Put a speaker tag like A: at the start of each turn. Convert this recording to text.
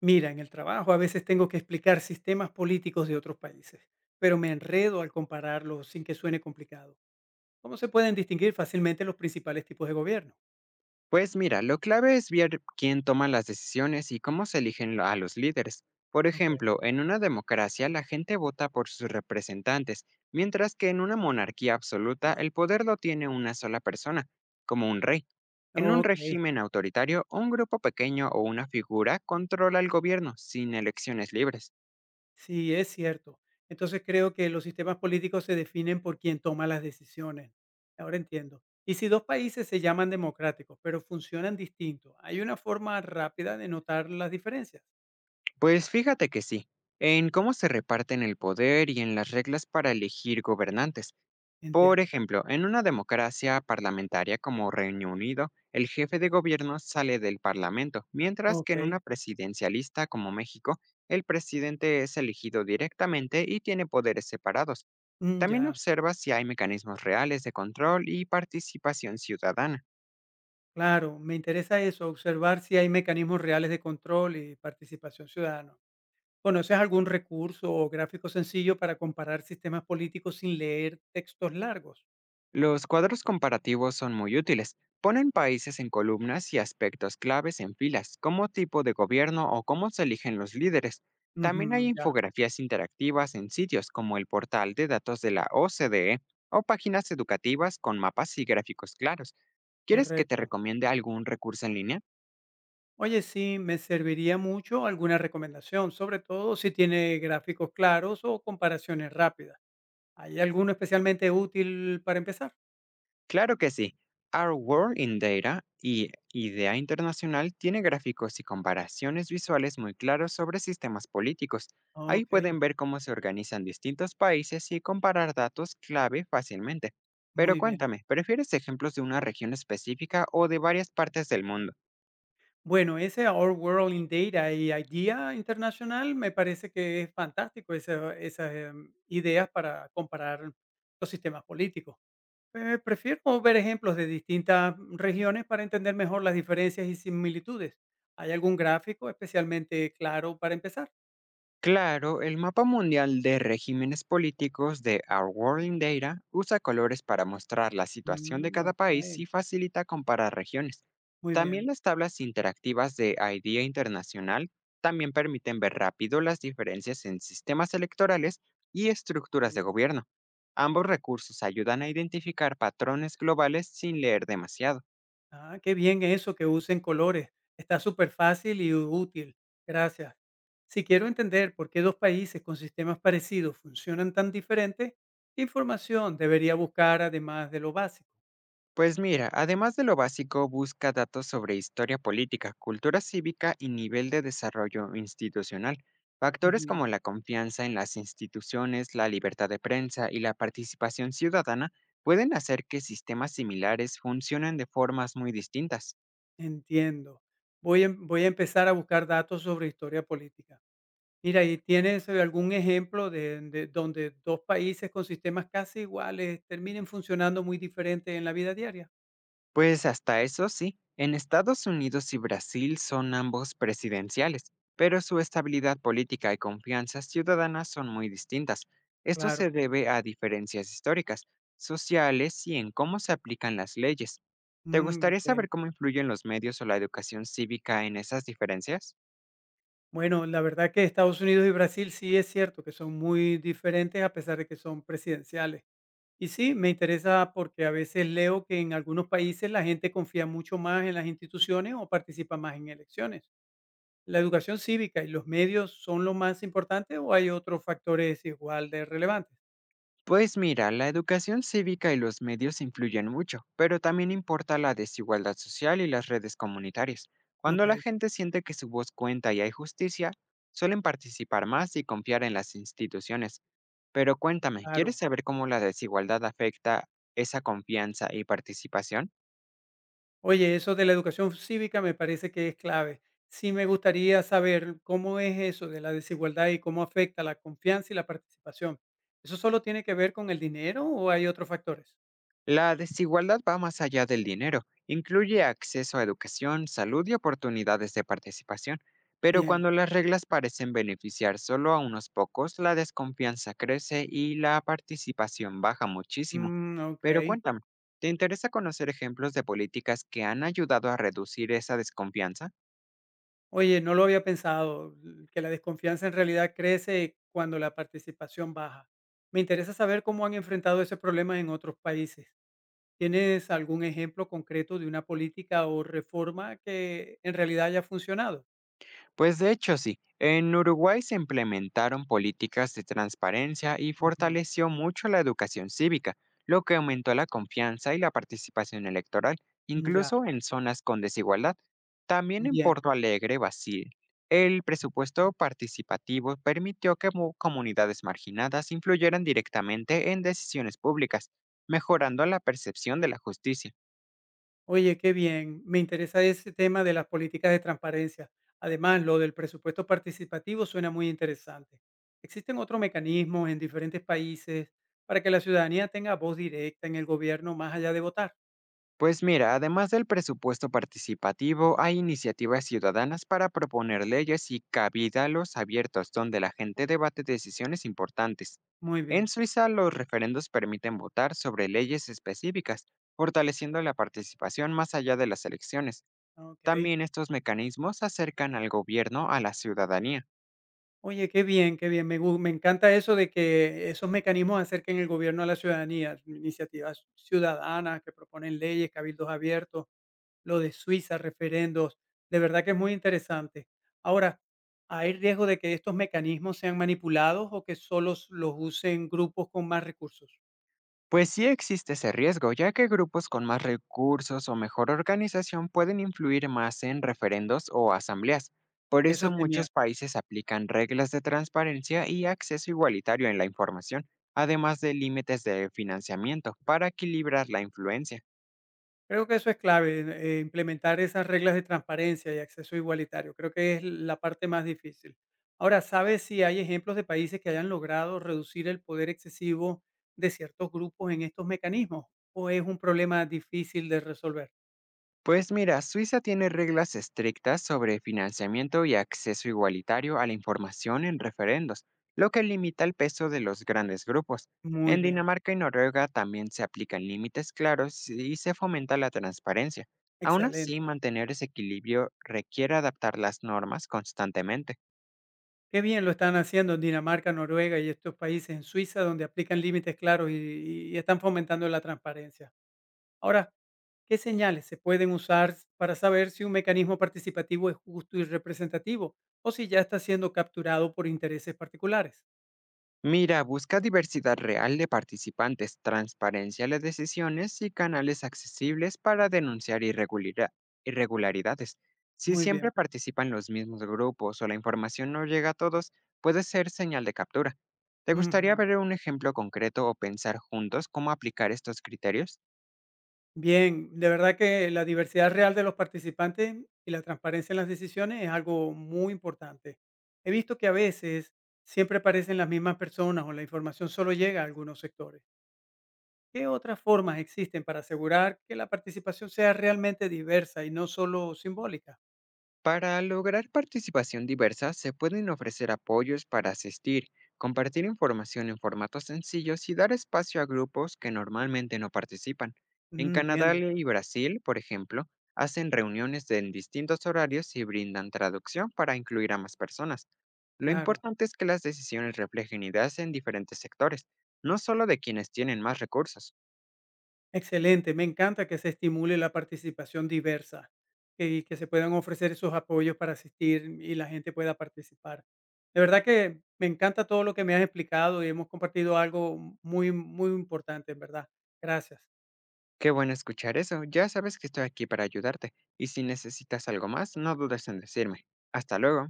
A: Mira, en el trabajo a veces tengo que explicar sistemas políticos de otros países, pero me enredo al compararlos sin que suene complicado. ¿Cómo se pueden distinguir fácilmente los principales tipos de gobierno?
B: Pues mira, lo clave es ver quién toma las decisiones y cómo se eligen a los líderes. Por
A: Ok.
B: ejemplo, en una democracia la gente vota por sus representantes, mientras que en una monarquía absoluta el poder lo tiene una sola persona, como un rey. En un
A: Ok,
B: régimen autoritario, un grupo pequeño o una figura controla el gobierno sin elecciones libres.
A: sí, es cierto. Entonces creo que los sistemas políticos se definen por quien toma las decisiones. Ahora entiendo. Y si dos países se llaman democráticos, pero funcionan distinto, ¿hay una forma rápida de notar las diferencias?
B: Pues fíjate que sí, en cómo se reparten el poder y en las reglas para elegir gobernantes. Por
A: Entiendo.
B: ejemplo, en una democracia parlamentaria como Reino Unido, el jefe de gobierno sale del Parlamento, mientras que
A: Ok,
B: en una presidencialista como México, el presidente es elegido directamente y tiene poderes separados. También
A: ya.
B: observa si hay mecanismos reales de control y participación ciudadana.
A: Claro, me interesa eso, observar si hay mecanismos reales de control y participación ciudadana. ¿Conoces algún recurso o gráfico sencillo para comparar sistemas políticos sin leer textos largos?
B: Los cuadros comparativos son muy útiles. Ponen países en columnas y aspectos claves en filas, como tipo de gobierno o cómo se eligen los líderes. También hay
A: Ujú, ya,
B: infografías interactivas en sitios como el portal de datos de la OCDE o páginas educativas con mapas y gráficos claros. ¿Quieres que te
A: correcto.
B: recomiende algún recurso en línea?
A: Oye, sí, me serviría mucho alguna recomendación, sobre todo si tiene gráficos claros o comparaciones rápidas. ¿Hay alguno especialmente útil para empezar?
B: Claro que sí. Our World in Data y Idea Internacional tiene gráficos y comparaciones visuales muy claros sobre sistemas políticos. Ahí
A: Ok,
B: pueden ver cómo se organizan distintos países y comparar datos clave fácilmente. Pero
A: muy bien.
B: cuéntame, ¿prefieres ejemplos de una región específica o de varias partes del mundo?
A: Bueno, ese Our World in Data y Idea Internacional me parece que es fantástico esas ideas para comparar los sistemas políticos. Prefiero ver ejemplos de distintas regiones para entender mejor las diferencias y similitudes. ¿Hay algún gráfico especialmente claro para empezar?
B: Claro, el mapa mundial de regímenes políticos de Our World in Data usa colores para mostrar la situación de
A: Mm,
B: cada
A: ok,
B: país y facilita comparar regiones.
A: muy
B: También
A: bien,
B: las tablas interactivas de IDEA Internacional también permiten ver rápido las diferencias en sistemas electorales y estructuras
A: muy
B: de
A: bien.
B: gobierno. Ambos recursos ayudan a identificar patrones globales sin leer demasiado.
A: Ah, qué bien eso, que usen colores. Está súper fácil y útil. Gracias. Si quiero entender por qué dos países con sistemas parecidos funcionan tan diferentes, ¿qué información debería buscar además de lo básico?
B: Pues mira, además de lo básico, busca datos sobre historia política, cultura cívica y nivel de desarrollo institucional. Factores
A: Ujú,
B: como la confianza en las instituciones, la libertad de prensa y la participación ciudadana pueden hacer que sistemas similares funcionen de formas muy distintas.
A: entiendo. Voy a empezar a buscar datos sobre historia política. Mira, ¿y tienes algún ejemplo de donde dos países con sistemas casi iguales terminen funcionando muy diferente en la vida diaria?
B: Pues hasta eso sí, en Estados Unidos y Brasil son ambos presidenciales, pero su estabilidad política y confianza ciudadana son muy distintas. Esto
A: Claro.
B: se debe a diferencias históricas, sociales y en cómo se aplican las leyes. ¿Te
A: Mm,
B: gustaría
A: ok.
B: saber cómo influyen los medios o la educación cívica en esas diferencias?
A: Bueno, la verdad que Estados Unidos y Brasil sí es cierto que son muy diferentes a pesar de que son presidenciales. Y sí, me interesa porque a veces leo que en algunos países la gente confía mucho más en las instituciones o participa más en elecciones. ¿La educación cívica y los medios son lo más importante o hay otros factores igual de relevantes?
B: Pues mira, la educación cívica y los medios influyen mucho, pero también importa la desigualdad social y las redes comunitarias.
A: Ok,
B: Cuando la gente siente que su voz cuenta y hay justicia, suelen participar más y confiar en las instituciones. Pero cuéntame, ¿quieres
A: claro.
B: saber cómo la desigualdad afecta esa confianza y participación?
A: Oye, eso de la educación cívica me parece que es clave. Sí me gustaría saber cómo es eso de la desigualdad y cómo afecta la confianza y la participación. ¿Eso solo tiene que ver con el dinero o hay otros factores?
B: La desigualdad va más allá del dinero, incluye acceso a educación, salud y oportunidades de participación, pero
A: Bien,
B: cuando las reglas parecen beneficiar solo a unos pocos, la desconfianza crece y la participación baja muchísimo.
A: mm, ok.
B: Pero cuéntame, ¿te interesa conocer ejemplos de políticas que han ayudado a reducir esa desconfianza?
A: Oye, no lo había pensado, que la desconfianza en realidad crece cuando la participación baja. Me interesa saber cómo han enfrentado ese problema en otros países. ¿Tienes algún ejemplo concreto de una política o reforma que en realidad haya funcionado?
B: Pues de hecho sí, en Uruguay se implementaron políticas de transparencia y
A: Ujú,
B: fortaleció mucho la educación cívica, lo que aumentó la confianza y la participación electoral,
A: ya.
B: incluso en zonas con desigualdad. También en
A: Bien,
B: Porto Alegre, Brasil, el presupuesto participativo permitió que comunidades marginadas influyeran directamente en decisiones públicas, mejorando la percepción de la justicia.
A: oye, qué bien. Me interesa ese tema de las políticas de transparencia. Además, lo del presupuesto participativo suena muy interesante. ¿Existen otros mecanismos en diferentes países para que la ciudadanía tenga voz directa en el gobierno más allá de votar?
B: Pues mira, además del presupuesto participativo, hay iniciativas ciudadanas para proponer leyes y cabildos abiertos donde la gente debate decisiones importantes.
A: Muy
B: En
A: bien,
B: Suiza, los referendos permiten votar sobre leyes específicas, fortaleciendo la participación más allá de las elecciones.
A: ok.
B: También estos mecanismos acercan al gobierno a la ciudadanía.
A: Oye, qué bien, qué bien. Me encanta eso de que esos mecanismos acerquen el gobierno a la ciudadanía, iniciativas ciudadanas que proponen leyes, cabildos abiertos, lo de Suiza, referendos. De verdad que es muy interesante. Ahora, ¿hay riesgo de que estos mecanismos sean manipulados o que solo los usen grupos con más recursos?
B: Pues sí existe ese riesgo, ya que grupos con más recursos o mejor organización pueden influir más en referendos o asambleas. Por
A: Eso
B: eso
A: temía.
B: muchos países aplican reglas de transparencia y acceso igualitario en la información, además de límites de financiamiento, para equilibrar la influencia.
A: Creo que eso es clave, implementar esas reglas de transparencia y acceso igualitario. Creo que es la parte más difícil. Ahora, ¿sabes si hay ejemplos de países que hayan logrado reducir el poder excesivo de ciertos grupos en estos mecanismos? ¿O es un problema difícil de resolver?
B: Pues mira, Suiza tiene reglas estrictas sobre financiamiento y acceso igualitario a la información en referendos, lo que limita el peso de los grandes grupos.
A: Muy
B: En
A: bien,
B: Dinamarca y Noruega también se aplican límites claros y se fomenta la transparencia. Aún
A: excelente.
B: así, mantener ese equilibrio requiere adaptar las normas constantemente.
A: Qué bien lo están haciendo en Dinamarca, Noruega y estos países en Suiza, donde aplican límites claros y están fomentando la transparencia. Ahora, ¿qué señales se pueden usar para saber si un mecanismo participativo es justo y representativo o si ya está siendo capturado por intereses particulares?
B: Mira, busca diversidad real de participantes, transparencia en las decisiones y canales accesibles para denunciar irregularidades. Si
A: Muy bien.
B: siempre participan los mismos grupos o la información no llega a todos, puede ser señal de captura. ¿Te gustaría
A: Ujú.
B: ver un ejemplo concreto o pensar juntos cómo aplicar estos criterios?
A: Bien, de verdad que la diversidad real de los participantes y la transparencia en las decisiones es algo muy importante. He visto que a veces siempre aparecen las mismas personas o la información solo llega a algunos sectores. ¿Qué otras formas existen para asegurar que la participación sea realmente diversa y no solo simbólica?
B: Para lograr participación diversa, se pueden ofrecer apoyos para asistir, compartir información en formatos sencillos y dar espacio a grupos que normalmente no participan. En
A: Mm,
B: Canadá
A: entiendo,
B: y Brasil, por ejemplo, hacen reuniones en distintos horarios y brindan traducción para incluir a más personas. Lo
A: claro.
B: importante es que las decisiones reflejen ideas en diferentes sectores, no solo de quienes tienen más recursos.
A: Excelente, me encanta que se estimule la participación diversa y que se puedan ofrecer esos apoyos para asistir y la gente pueda participar. De verdad que me encanta todo lo que me has explicado y hemos compartido algo muy, muy importante, en verdad. Gracias.
B: Qué bueno escuchar eso. Ya sabes que estoy aquí para ayudarte. Y si necesitas algo más, no dudes en decirme. Hasta luego.